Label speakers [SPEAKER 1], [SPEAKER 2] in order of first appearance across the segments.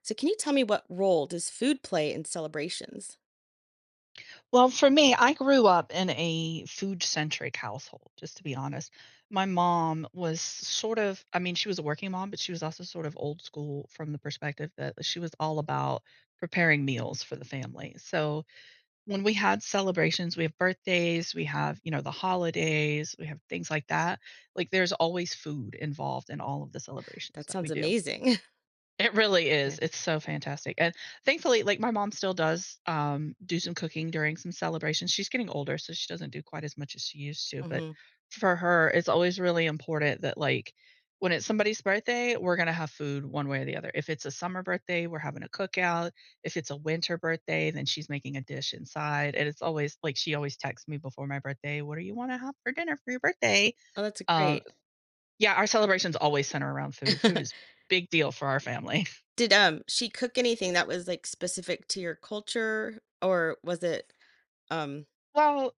[SPEAKER 1] So, can you tell me what role does food play in celebrations?
[SPEAKER 2] Well, for me, I grew up in a food-centric household, just to be honest. My mom was sort of she was a working mom, but she was also sort of old school from the perspective that she was all about preparing meals for the family. So, when we had celebrations, we have birthdays, we have, the holidays, we have things like that, like, there's always food involved in all of the celebrations
[SPEAKER 1] That
[SPEAKER 2] that
[SPEAKER 1] sounds
[SPEAKER 2] we do.
[SPEAKER 1] amazing.
[SPEAKER 2] It really is.
[SPEAKER 1] Yeah.
[SPEAKER 2] It's so fantastic. And thankfully, like my mom still does do some cooking during some celebrations. She's getting older, so she doesn't do quite as much as she used to, but
[SPEAKER 1] Hmm.
[SPEAKER 2] for her, it's always really important that like when it's somebody's birthday, we're going to have food one way or the other. If it's a summer birthday, we're having a cookout. If it's a winter birthday, then she's making a dish inside. And it's always like she always texts me before my birthday, what do you want to have for dinner for your birthday?
[SPEAKER 1] Oh, that's
[SPEAKER 2] Um
[SPEAKER 1] great.
[SPEAKER 2] yeah, our celebrations always center around food. Food is big deal for our family.
[SPEAKER 1] Did she cook anything that was like specific to your culture, or was it um?
[SPEAKER 2] Well,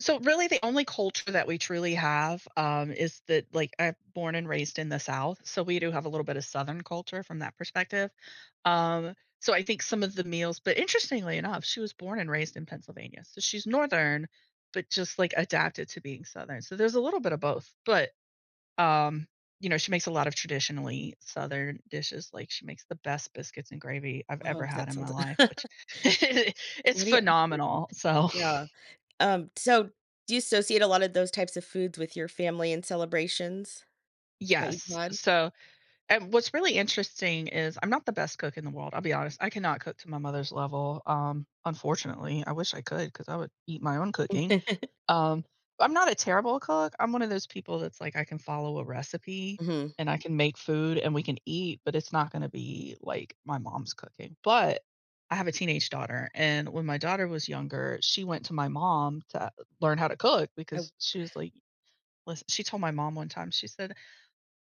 [SPEAKER 2] so really the only culture that we truly have, is that like, I'm born and raised in the South, so we do have a little bit of Southern culture from that perspective. Um, so I think some of the meals but interestingly enough, she was born and raised in Pennsylvania, so she's Northern, but just, like, adapted to being Southern, so there's a little bit of both, but, um, she makes a lot of traditionally Southern dishes, like, she makes the best biscuits and gravy I've
[SPEAKER 1] Oh,
[SPEAKER 2] ever had
[SPEAKER 1] that
[SPEAKER 2] in my
[SPEAKER 1] sounds.
[SPEAKER 2] life, which it's
[SPEAKER 1] Maybe.
[SPEAKER 2] phenomenal, so
[SPEAKER 1] Yeah. So, do you associate a lot of those types of foods with your family and celebrations that you've
[SPEAKER 2] yes,
[SPEAKER 1] had?
[SPEAKER 2] so and what's really interesting is I'm not the best cook in the world, I'll be honest, I cannot cook to my mother's level, unfortunately, I wish I could because I would eat my own cooking, um, I'm not a terrible cook, I'm one of those people that's like, I can follow a recipe,
[SPEAKER 1] Hmm.
[SPEAKER 2] and I can make food, and we can eat, but it's not gonna be like my mom's cooking, but I have a teenage daughter, and when my daughter was younger, she went to my mom to learn how to cook because she was like listen she told my mom one time, she said,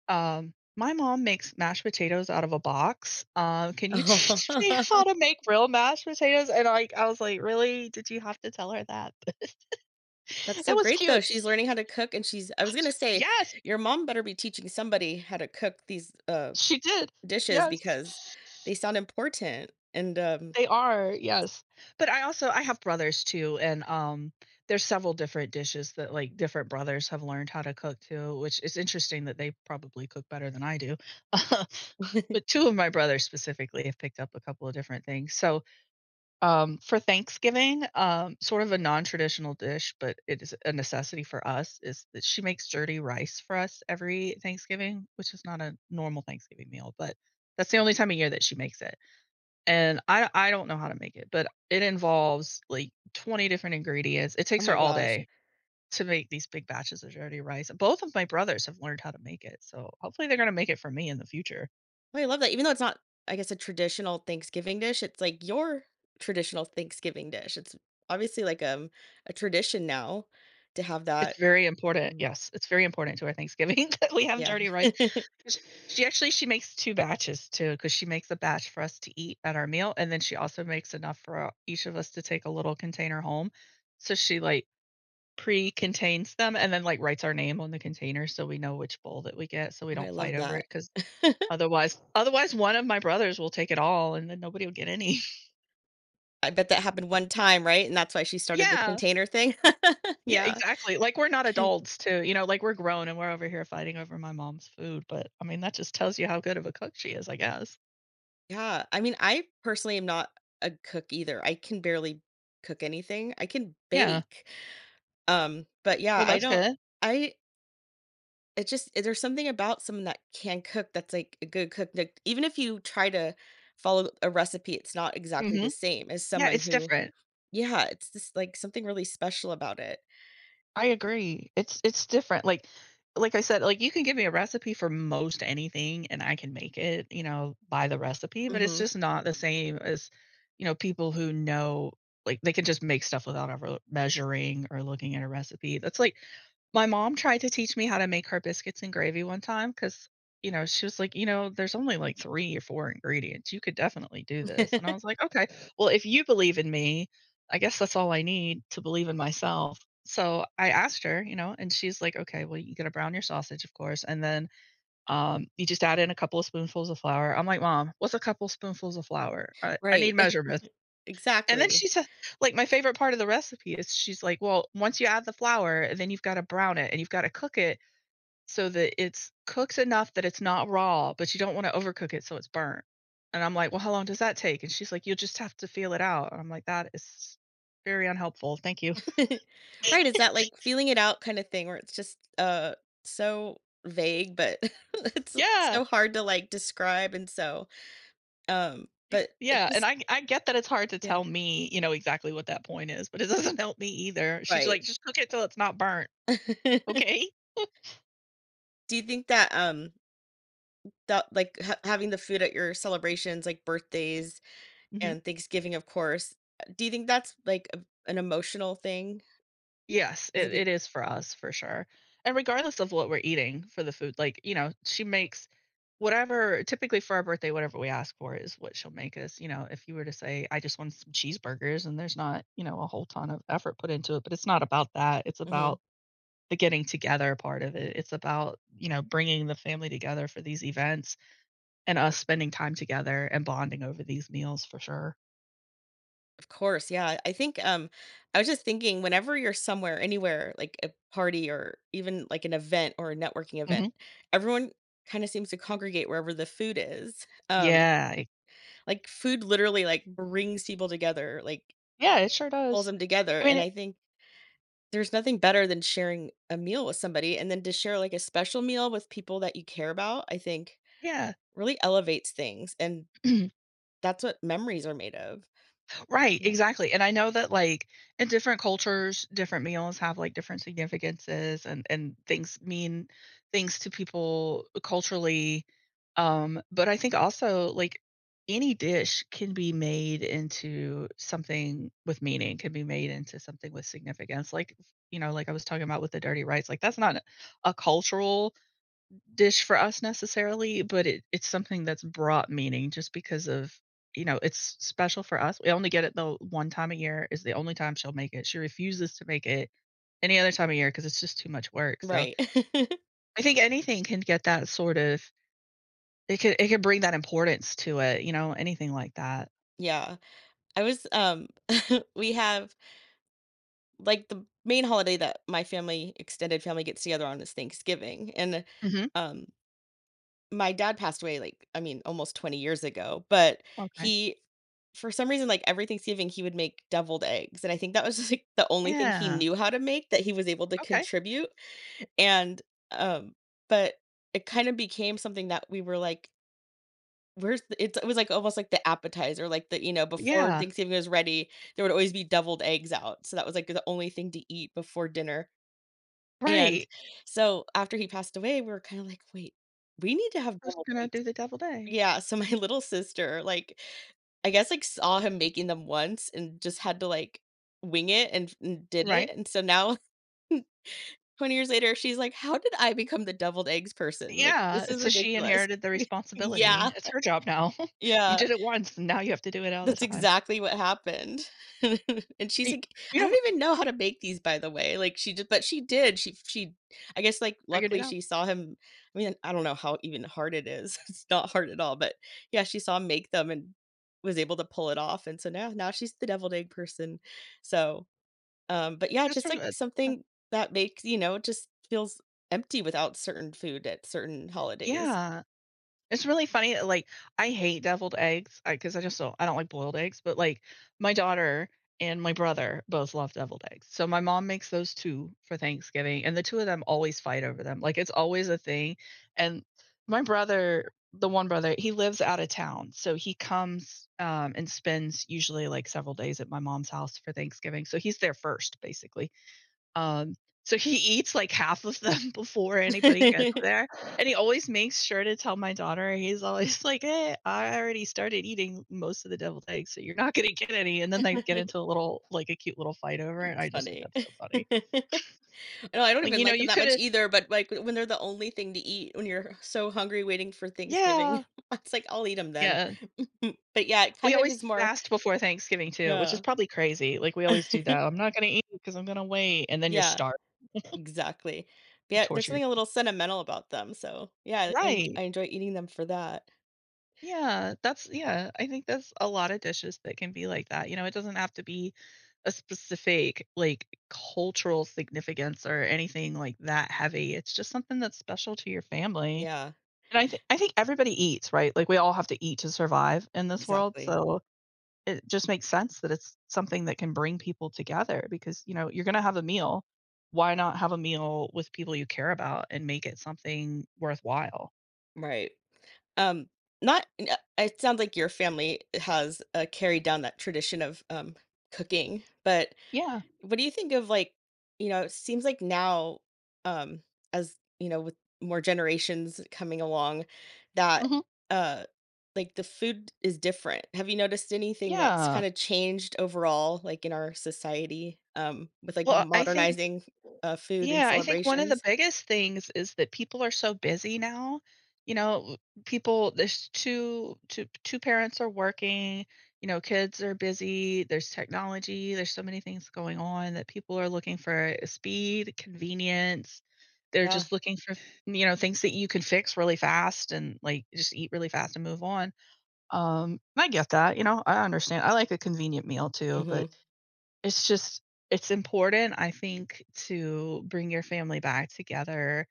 [SPEAKER 2] my mom makes mashed potatoes out of a box. "Can you
[SPEAKER 1] I,
[SPEAKER 2] teach me how to make real mashed potatoes?" And, like, I was like, "Really? Did you have to tell her that?"
[SPEAKER 1] That's
[SPEAKER 2] It
[SPEAKER 1] so
[SPEAKER 2] was
[SPEAKER 1] great, though.
[SPEAKER 2] cute.
[SPEAKER 1] She's learning how to cook, and she's I was gonna say,
[SPEAKER 2] Yes,
[SPEAKER 1] your mom better be teaching somebody how to cook these,
[SPEAKER 2] she did.
[SPEAKER 1] dishes
[SPEAKER 2] Yes.
[SPEAKER 1] because they sound important, and,
[SPEAKER 2] They are, yes. But I also I have brothers too, and, there's several different dishes that, like, different brothers have learned how to cook too, which is interesting that they probably cook better than I do. But 2 of my brothers specifically have picked up a couple of different things. So, for Thanksgiving, sort of a non-traditional dish, but it is a necessity for us, is that she makes dirty rice for us every Thanksgiving, which is not a normal Thanksgiving meal, but that's the only time of year that she makes it. And I don't know how to make it, but it involves, like, 20 different ingredients. It
[SPEAKER 1] oh
[SPEAKER 2] takes her
[SPEAKER 1] my
[SPEAKER 2] all
[SPEAKER 1] gosh.
[SPEAKER 2] day to make these big batches of dirty rice. Both of my brothers have learned how to make it, so hopefully they're gonna make it for me in the future.
[SPEAKER 1] Oh, I love that. Even though it's not, I guess, a traditional Thanksgiving dish, it's, like, your traditional Thanksgiving dish. It's obviously, like, a tradition now to have
[SPEAKER 2] It's
[SPEAKER 1] that.
[SPEAKER 2] very important,
[SPEAKER 1] Mm,
[SPEAKER 2] yes, it's very important to our Thanksgiving that we have
[SPEAKER 1] yeah.
[SPEAKER 2] dirty rice. Sh She actually she makes 2 batches too, because she makes a batch for us to eat at our meal, and then she also makes enough for, each of us to take a little container home. So she, like, pre-contains them and then, like, writes our name on the container so we know which bowl that we get so we
[SPEAKER 1] Oh, I
[SPEAKER 2] don't fight
[SPEAKER 1] love
[SPEAKER 2] over it.
[SPEAKER 1] that.
[SPEAKER 2] Because otherwise one of my brothers will take it all and then nobody will get any.
[SPEAKER 1] I bet that happened one time, right? And that's why she started the
[SPEAKER 2] Yeah.
[SPEAKER 1] container thing?
[SPEAKER 2] Yeah,
[SPEAKER 1] Yeah.
[SPEAKER 2] exactly. Like, we're not adults too, like, we're grown and we're over here fighting over my mom's food, but, I mean, that just tells you how good of a cook she is, I guess.
[SPEAKER 1] Yeah, I mean, I personally am not a cook either. I can barely cook anything. I can
[SPEAKER 2] Yeah.
[SPEAKER 1] bake, but yeah,
[SPEAKER 2] Well,
[SPEAKER 1] I
[SPEAKER 2] that's
[SPEAKER 1] don't
[SPEAKER 2] good.
[SPEAKER 1] I it just there's something about someone that can cook that's like a good cook. Like, even if you try to follow a recipe, it's not exactly the
[SPEAKER 2] Mhm.
[SPEAKER 1] same as
[SPEAKER 2] Yeah,
[SPEAKER 1] someone
[SPEAKER 2] it's
[SPEAKER 1] who
[SPEAKER 2] different.
[SPEAKER 1] yeah, it's just like something really special about it.
[SPEAKER 2] I agree. It's different. Like I said, like you can give me a recipe for most anything and I can make it, by the recipe, but it's
[SPEAKER 1] Mhm.
[SPEAKER 2] just not the same as, people who know like they can just make stuff without ever measuring or looking at a recipe. That's like my mom tried to teach me how to make her biscuits and gravy one time because you know she was like you know there's only like three or four ingredients you could definitely do this and I was like okay well if you believe in me I guess that's all I need to believe in myself. So I asked her, and she's like, okay, well, you got to brown your sausage, of course. And then you just add in a couple of spoonfuls of flour. I'm like, Mom, what's a couple spoonfuls of flour? I need
[SPEAKER 1] Right.
[SPEAKER 2] measurements. And then
[SPEAKER 1] Exactly.
[SPEAKER 2] she said, like, my favorite part of the recipe is she's like, well, once you add the flour, then you've got to brown it and you've got to cook it so that it's cooked enough that it's not raw, but you don't wanna overcook it so it's burnt. And I'm like, "Well, how long does that take?" And she's like, "You'll just have to feel it out." And I'm like, "That is very unhelpful, thank you."
[SPEAKER 1] Right, is that like feeling it out kind of thing where it's just, so vague, but it's
[SPEAKER 2] Yeah.
[SPEAKER 1] so hard to, like, describe and so, but it
[SPEAKER 2] Yeah, and
[SPEAKER 1] just
[SPEAKER 2] I get that it's hard to
[SPEAKER 1] yeah,
[SPEAKER 2] tell me, exactly what that point is, but it doesn't help me either. She's
[SPEAKER 1] right.
[SPEAKER 2] like, "Just cook it till it's not burnt." Okay?
[SPEAKER 1] Do you think that, that, like, ha having the food at your celebrations, like birthdays
[SPEAKER 2] Mhm.
[SPEAKER 1] and Thanksgiving, of course, do you think that's like a an emotional thing?
[SPEAKER 2] Yes,
[SPEAKER 1] Is
[SPEAKER 2] it
[SPEAKER 1] it be
[SPEAKER 2] it is for us for sure, and regardless of what we're eating for the food, like, she makes whatever typically for our birthday, whatever we ask for is what she'll make us, if you were to say, "I just want some cheeseburgers," and there's not, a whole ton of effort put into it, but it's not about that, it's
[SPEAKER 1] Mhm.
[SPEAKER 2] about the getting together part of it, it's about, bringing the family together for these events and us spending time together and bonding over these meals for sure.
[SPEAKER 1] Of course, yeah. I think I was just thinking whenever you're somewhere, anywhere, like a party or even like an event or a networking event,
[SPEAKER 2] Mhm.
[SPEAKER 1] everyone kind of seems to congregate wherever the food is.
[SPEAKER 2] Yeah, it-
[SPEAKER 1] Like food literally like brings people together, like
[SPEAKER 2] yeah, it sure
[SPEAKER 1] pulls
[SPEAKER 2] does.
[SPEAKER 1] them together.
[SPEAKER 2] I mean,
[SPEAKER 1] And
[SPEAKER 2] it-
[SPEAKER 1] I think there's nothing better than sharing a meal with somebody and then to share like a special meal with people that you care about, I think
[SPEAKER 2] yeah.
[SPEAKER 1] really elevates things and that's what memories are made of.
[SPEAKER 2] Right,
[SPEAKER 1] Yeah.
[SPEAKER 2] exactly, and I know that, like, in different cultures, different meals have, like, different significances and things mean things to people culturally, but I think also, like, any dish can be made into something with meaning, can be made into something with significance, like, like I was talking about with the dirty rice, like, that's not a cultural dish for us necessarily, but it's something that's brought meaning just because of it's special for us. We only get it the one time a year is the only time she'll make it. She refuses to make it any other time of year because it's just too much work. So
[SPEAKER 1] Right.
[SPEAKER 2] I think anything can get that sort of it can bring that importance to it, anything like that.
[SPEAKER 1] Yeah. I was we have like the main holiday that my family extended family gets together on is Thanksgiving, and
[SPEAKER 2] Mhm.
[SPEAKER 1] um my dad passed away, like, I mean, almost 20 years ago, but
[SPEAKER 2] Okay.
[SPEAKER 1] he, for some reason, like, every Thanksgiving, he would make deviled eggs, and I think that was just like the only thing he
[SPEAKER 2] Yeah.
[SPEAKER 1] knew how to make that he was able to
[SPEAKER 2] Okay.
[SPEAKER 1] contribute. And um but it kind of became something that we were like, "Where's the" it's it was, like, almost like the appetizer, like, the you know, before
[SPEAKER 2] Yeah.
[SPEAKER 1] Thanksgiving was ready, there would always be deviled eggs out, so that was, like, the only thing to eat before dinner, and
[SPEAKER 2] Right.
[SPEAKER 1] so after he passed away, we were kinda like, "Wait, we need to have
[SPEAKER 2] Who's
[SPEAKER 1] deviled
[SPEAKER 2] gonna
[SPEAKER 1] eggs."
[SPEAKER 2] do the deviled eggs?
[SPEAKER 1] Yeah, so my little sister, like, I guess, like, saw him making them once and just had to, like, wing it and did it,
[SPEAKER 2] Right.
[SPEAKER 1] and so now 20 years later, she's like, "How did I become the deviled eggs person? Like, this
[SPEAKER 2] Yeah,
[SPEAKER 1] is
[SPEAKER 2] so she
[SPEAKER 1] ridiculous."
[SPEAKER 2] inherited the
[SPEAKER 1] Yeah,
[SPEAKER 2] responsibility. It's her job now. You
[SPEAKER 1] yeah.
[SPEAKER 2] did it once, and now you have to do it all the
[SPEAKER 1] That's
[SPEAKER 2] time.
[SPEAKER 1] exactly what happened. And she's
[SPEAKER 2] Y
[SPEAKER 1] like,
[SPEAKER 2] You
[SPEAKER 1] "I
[SPEAKER 2] know,
[SPEAKER 1] don't even know how to make these, by the way." Like, she did but she did. She I guess, like,
[SPEAKER 2] figured it
[SPEAKER 1] luckily
[SPEAKER 2] out.
[SPEAKER 1] she saw him I mean, I don't know how even hard it is. It's not hard at all, but, yeah, she saw him make them and was able to pull it off, and so now she's the deviled egg person. So but yeah,
[SPEAKER 2] That's
[SPEAKER 1] just
[SPEAKER 2] what,
[SPEAKER 1] like
[SPEAKER 2] uh,
[SPEAKER 1] something that makes, you know, just feels empty without certain food at certain holidays.
[SPEAKER 2] yeah. It's really funny, that, like, I hate deviled eggs, because I 'cause I just don't I don't like boiled eggs, but, like, my daughter and my brother both love deviled eggs, so my mom makes those 2 for Thanksgiving, and the 2 of them always fight over them, like, it's always a thing, and my brother the one brother, he lives out of town, so he comes, and spends usually, like, several days at my mom's house for Thanksgiving, so he's there first, basically, um, so he eats like half of them before anybody gets there, and he always makes sure to tell my daughter, he's always like, "Hey, I already started eating most of the deviled eggs, so you're not gonna get any," and then they get into a little like a cute little fight over it,
[SPEAKER 1] It's
[SPEAKER 2] I just think
[SPEAKER 1] funny.
[SPEAKER 2] that's so funny.
[SPEAKER 1] No, I don't
[SPEAKER 2] Like,
[SPEAKER 1] even
[SPEAKER 2] you know,
[SPEAKER 1] like them
[SPEAKER 2] you
[SPEAKER 1] that much
[SPEAKER 2] coulda
[SPEAKER 1] either, but like when they're the only thing to eat when you're so hungry waiting for Thanksgiving,
[SPEAKER 2] yeah,
[SPEAKER 1] it's like I'll eat them then.
[SPEAKER 2] yeah.
[SPEAKER 1] But yeah, it
[SPEAKER 2] We
[SPEAKER 1] kind of
[SPEAKER 2] always
[SPEAKER 1] is more
[SPEAKER 2] fast before Thanksgiving too, which is
[SPEAKER 1] yeah.
[SPEAKER 2] probably crazy, like, we always do that, "I'm not gonna eat because 'cause I'm gonna wait," and then you're
[SPEAKER 1] Yeah.
[SPEAKER 2] starved,
[SPEAKER 1] Exactly.
[SPEAKER 2] you
[SPEAKER 1] Yeah, there's
[SPEAKER 2] torture your
[SPEAKER 1] something a little sentimental about them, so, yeah, and
[SPEAKER 2] right.
[SPEAKER 1] I enjoy eating them for that.
[SPEAKER 2] Yeah, I think that's a lot of dishes that can be like that, you know. It doesn't have to be a specific, like, cultural significance or anything like that heavy. It's just something that's special to your family,
[SPEAKER 1] Yeah,
[SPEAKER 2] and I think everybody eats, right? Like, we all have to eat to survive in this world,
[SPEAKER 1] exactly.
[SPEAKER 2] so it just makes sense that it's something that can bring people together because, you know, you're gonna have a meal. Why not have a meal with people you care about and make it something worthwhile?
[SPEAKER 1] Right. Um, not n it sounds like your family has, carried down that tradition of, cooking, but
[SPEAKER 2] Yeah,
[SPEAKER 1] what do you think of like, you know, it seems like now, um, as you know, with more generations coming along, that
[SPEAKER 2] mhm,
[SPEAKER 1] uh like the food is different. Have you noticed anything that's
[SPEAKER 2] yeah.
[SPEAKER 1] kind of changed overall, like in our society, with like
[SPEAKER 2] Well, I think
[SPEAKER 1] modernizing food and
[SPEAKER 2] Yeah, I think one of the
[SPEAKER 1] celebrations?
[SPEAKER 2] biggest things is that people are so busy now. You know, people there's two parents are working, you know, kids are busy, there's technology, there's so many things going on that people are looking for speed, convenience. They're
[SPEAKER 1] Yeah.
[SPEAKER 2] just looking for, you know, things that you can fix really fast and like just eat really fast and move on. And I get that, you know, I understand. I like a convenient meal too,
[SPEAKER 1] Hmm.
[SPEAKER 2] but it's just it's important, I think, to bring your family back together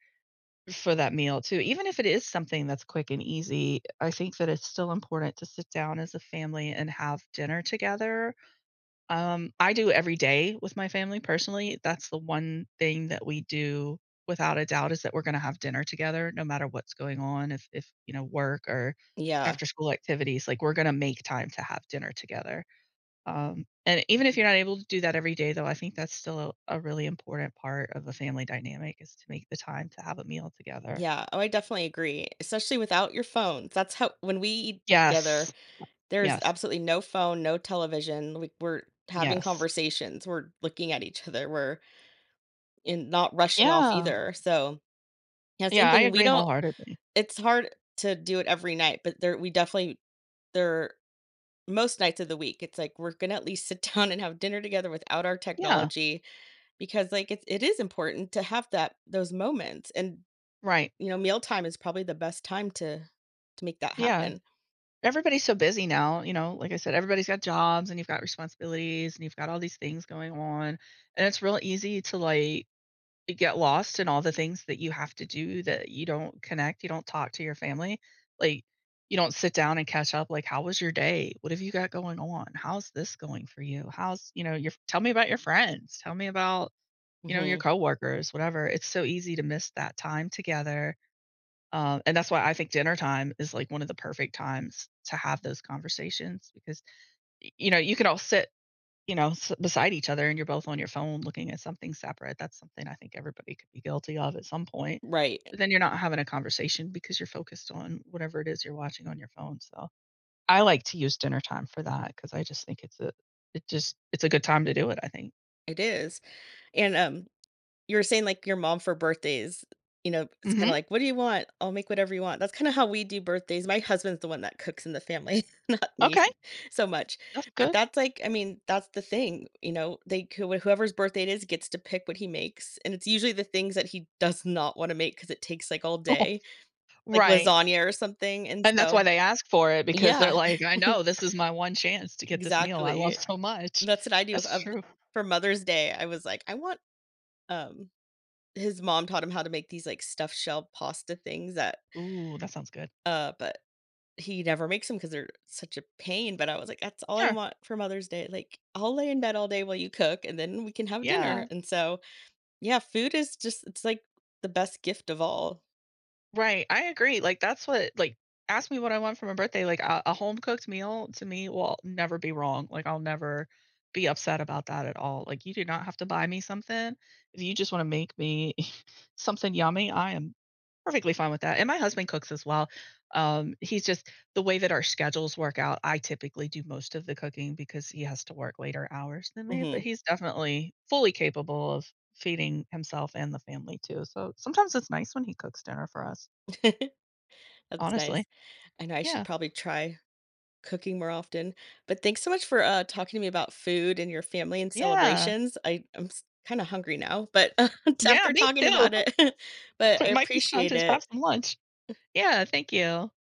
[SPEAKER 2] for that meal too. Even if it is something that's quick and easy, I think that it's still important to sit down as a family and have dinner together. I do every day with my family personally. That's the one thing that we do without a doubt is that we're gonna have dinner together no matter what's going on. If, you know, work or
[SPEAKER 1] Yeah.
[SPEAKER 2] after school activities, like we're gonna make time to have dinner together. And even if you're not able to do that every day, though, I think that's still a really important part of a family dynamic is to make the time to have a meal together.
[SPEAKER 1] Yeah. Oh, I definitely agree. Especially without your phones. That's how when we eat together,
[SPEAKER 2] Yes.
[SPEAKER 1] there's
[SPEAKER 2] Yes.
[SPEAKER 1] absolutely no phone, no television, we're having
[SPEAKER 2] Yes.
[SPEAKER 1] conversations, we're looking at each other, we're in not rushing off
[SPEAKER 2] Yeah.
[SPEAKER 1] either, so yeah, same
[SPEAKER 2] Yeah, I
[SPEAKER 1] thing, we
[SPEAKER 2] agree
[SPEAKER 1] don't
[SPEAKER 2] wholeheartedly.
[SPEAKER 1] it's hard to do it every night, but there we definitely there most nights of the week, it's like we're gonna at least sit down and have dinner together without our
[SPEAKER 2] Yeah.
[SPEAKER 1] technology because, like, it is important to have that those moments and
[SPEAKER 2] Right.
[SPEAKER 1] you know, mealtime is probably the best time to make that
[SPEAKER 2] Yeah.
[SPEAKER 1] happen.
[SPEAKER 2] Everybody's so busy now. You know, like I said, everybody's got jobs and you've got responsibilities and you've got all these things going on. And it's real easy to like, you get lost in all the things that you have to do that you don't connect, you don't talk to your family. Like, you don't sit down and catch up, like, "How was your day? What have you got going on? How's this going for you? How's," you know, "Your tell me about your friends. Tell me about, you know, your
[SPEAKER 1] Mhm.
[SPEAKER 2] coworkers," whatever. It's so easy to miss that time together, and that's why I think dinner time is, like, one of the perfect times to have those conversations because, y you know, you can all sit you know, s beside each other and you're both on your phone looking at something separate. That's something I think everybody could be guilty of at some point.
[SPEAKER 1] Right.
[SPEAKER 2] But then you're not having a conversation because you're focused on whatever it is you're watching on your phone, so I like to use dinner time for that because I just think it just it's a good time to do it, I think.
[SPEAKER 1] It is. And, you were saying, like, your mom for birthdays, you know, it's kinda
[SPEAKER 2] Mhm.
[SPEAKER 1] like, "What do you want? I'll make whatever you want." That's kinda how we do birthdays. My husband's the one that cooks in the family, not me
[SPEAKER 2] Okay.
[SPEAKER 1] so much.
[SPEAKER 2] That's
[SPEAKER 1] But
[SPEAKER 2] good.
[SPEAKER 1] that's like I mean, that's the thing, you know, they who whoever's birthday it is gets to pick what he makes, and it's usually the things that he does not wanna make because it takes, like, all day, like
[SPEAKER 2] Right.
[SPEAKER 1] lasagna or something, and
[SPEAKER 2] And that's why
[SPEAKER 1] so
[SPEAKER 2] they ask for it because they're
[SPEAKER 1] yeah.
[SPEAKER 2] like, "I know this is my one chance to get this meal I love
[SPEAKER 1] Exactly.
[SPEAKER 2] so much."
[SPEAKER 1] That's what I do
[SPEAKER 2] That's
[SPEAKER 1] of
[SPEAKER 2] true.
[SPEAKER 1] for Mother's Day, I was like, "I want" um his mom taught him how to make these, like, stuffed shell pasta things that
[SPEAKER 2] Ooh, that sounds good.
[SPEAKER 1] but he never makes them because 'cause they're such a pain, but I was like, "That's all I
[SPEAKER 2] Sure.
[SPEAKER 1] want for Mother's Day, like, I'll lay in bed all day while you cook, and then we can have
[SPEAKER 2] Yeah.
[SPEAKER 1] dinner," and so, yeah, food is just it's, like, the best gift of all.
[SPEAKER 2] Right, I agree, like, ask me what I want for my birthday, like, a home-cooked meal to me will never be wrong, like, I'll never be upset about that at all, like, you do not have to buy me something. If you just wanna make me something yummy, I am perfectly fine with that, and my husband cooks as well. He's just The way that our schedules work out, I typically do most of the cooking because he has to work later hours than me, but
[SPEAKER 1] Mhm.
[SPEAKER 2] he's definitely fully capable of feeding himself and the family too, so sometimes it's nice when he cooks dinner for us.
[SPEAKER 1] That's
[SPEAKER 2] Honestly.
[SPEAKER 1] nice. I know I should
[SPEAKER 2] Yeah.
[SPEAKER 1] probably try cooking more often, but thanks so much for, talking to me about food and your family and
[SPEAKER 2] Yeah.
[SPEAKER 1] celebrations. I'm kinda hungry now, but
[SPEAKER 2] Yeah,
[SPEAKER 1] after
[SPEAKER 2] me
[SPEAKER 1] talking
[SPEAKER 2] too.
[SPEAKER 1] about it, but
[SPEAKER 2] There
[SPEAKER 1] I
[SPEAKER 2] might be time
[SPEAKER 1] appreciate
[SPEAKER 2] to have
[SPEAKER 1] it.
[SPEAKER 2] some lunch. Yeah, thank you.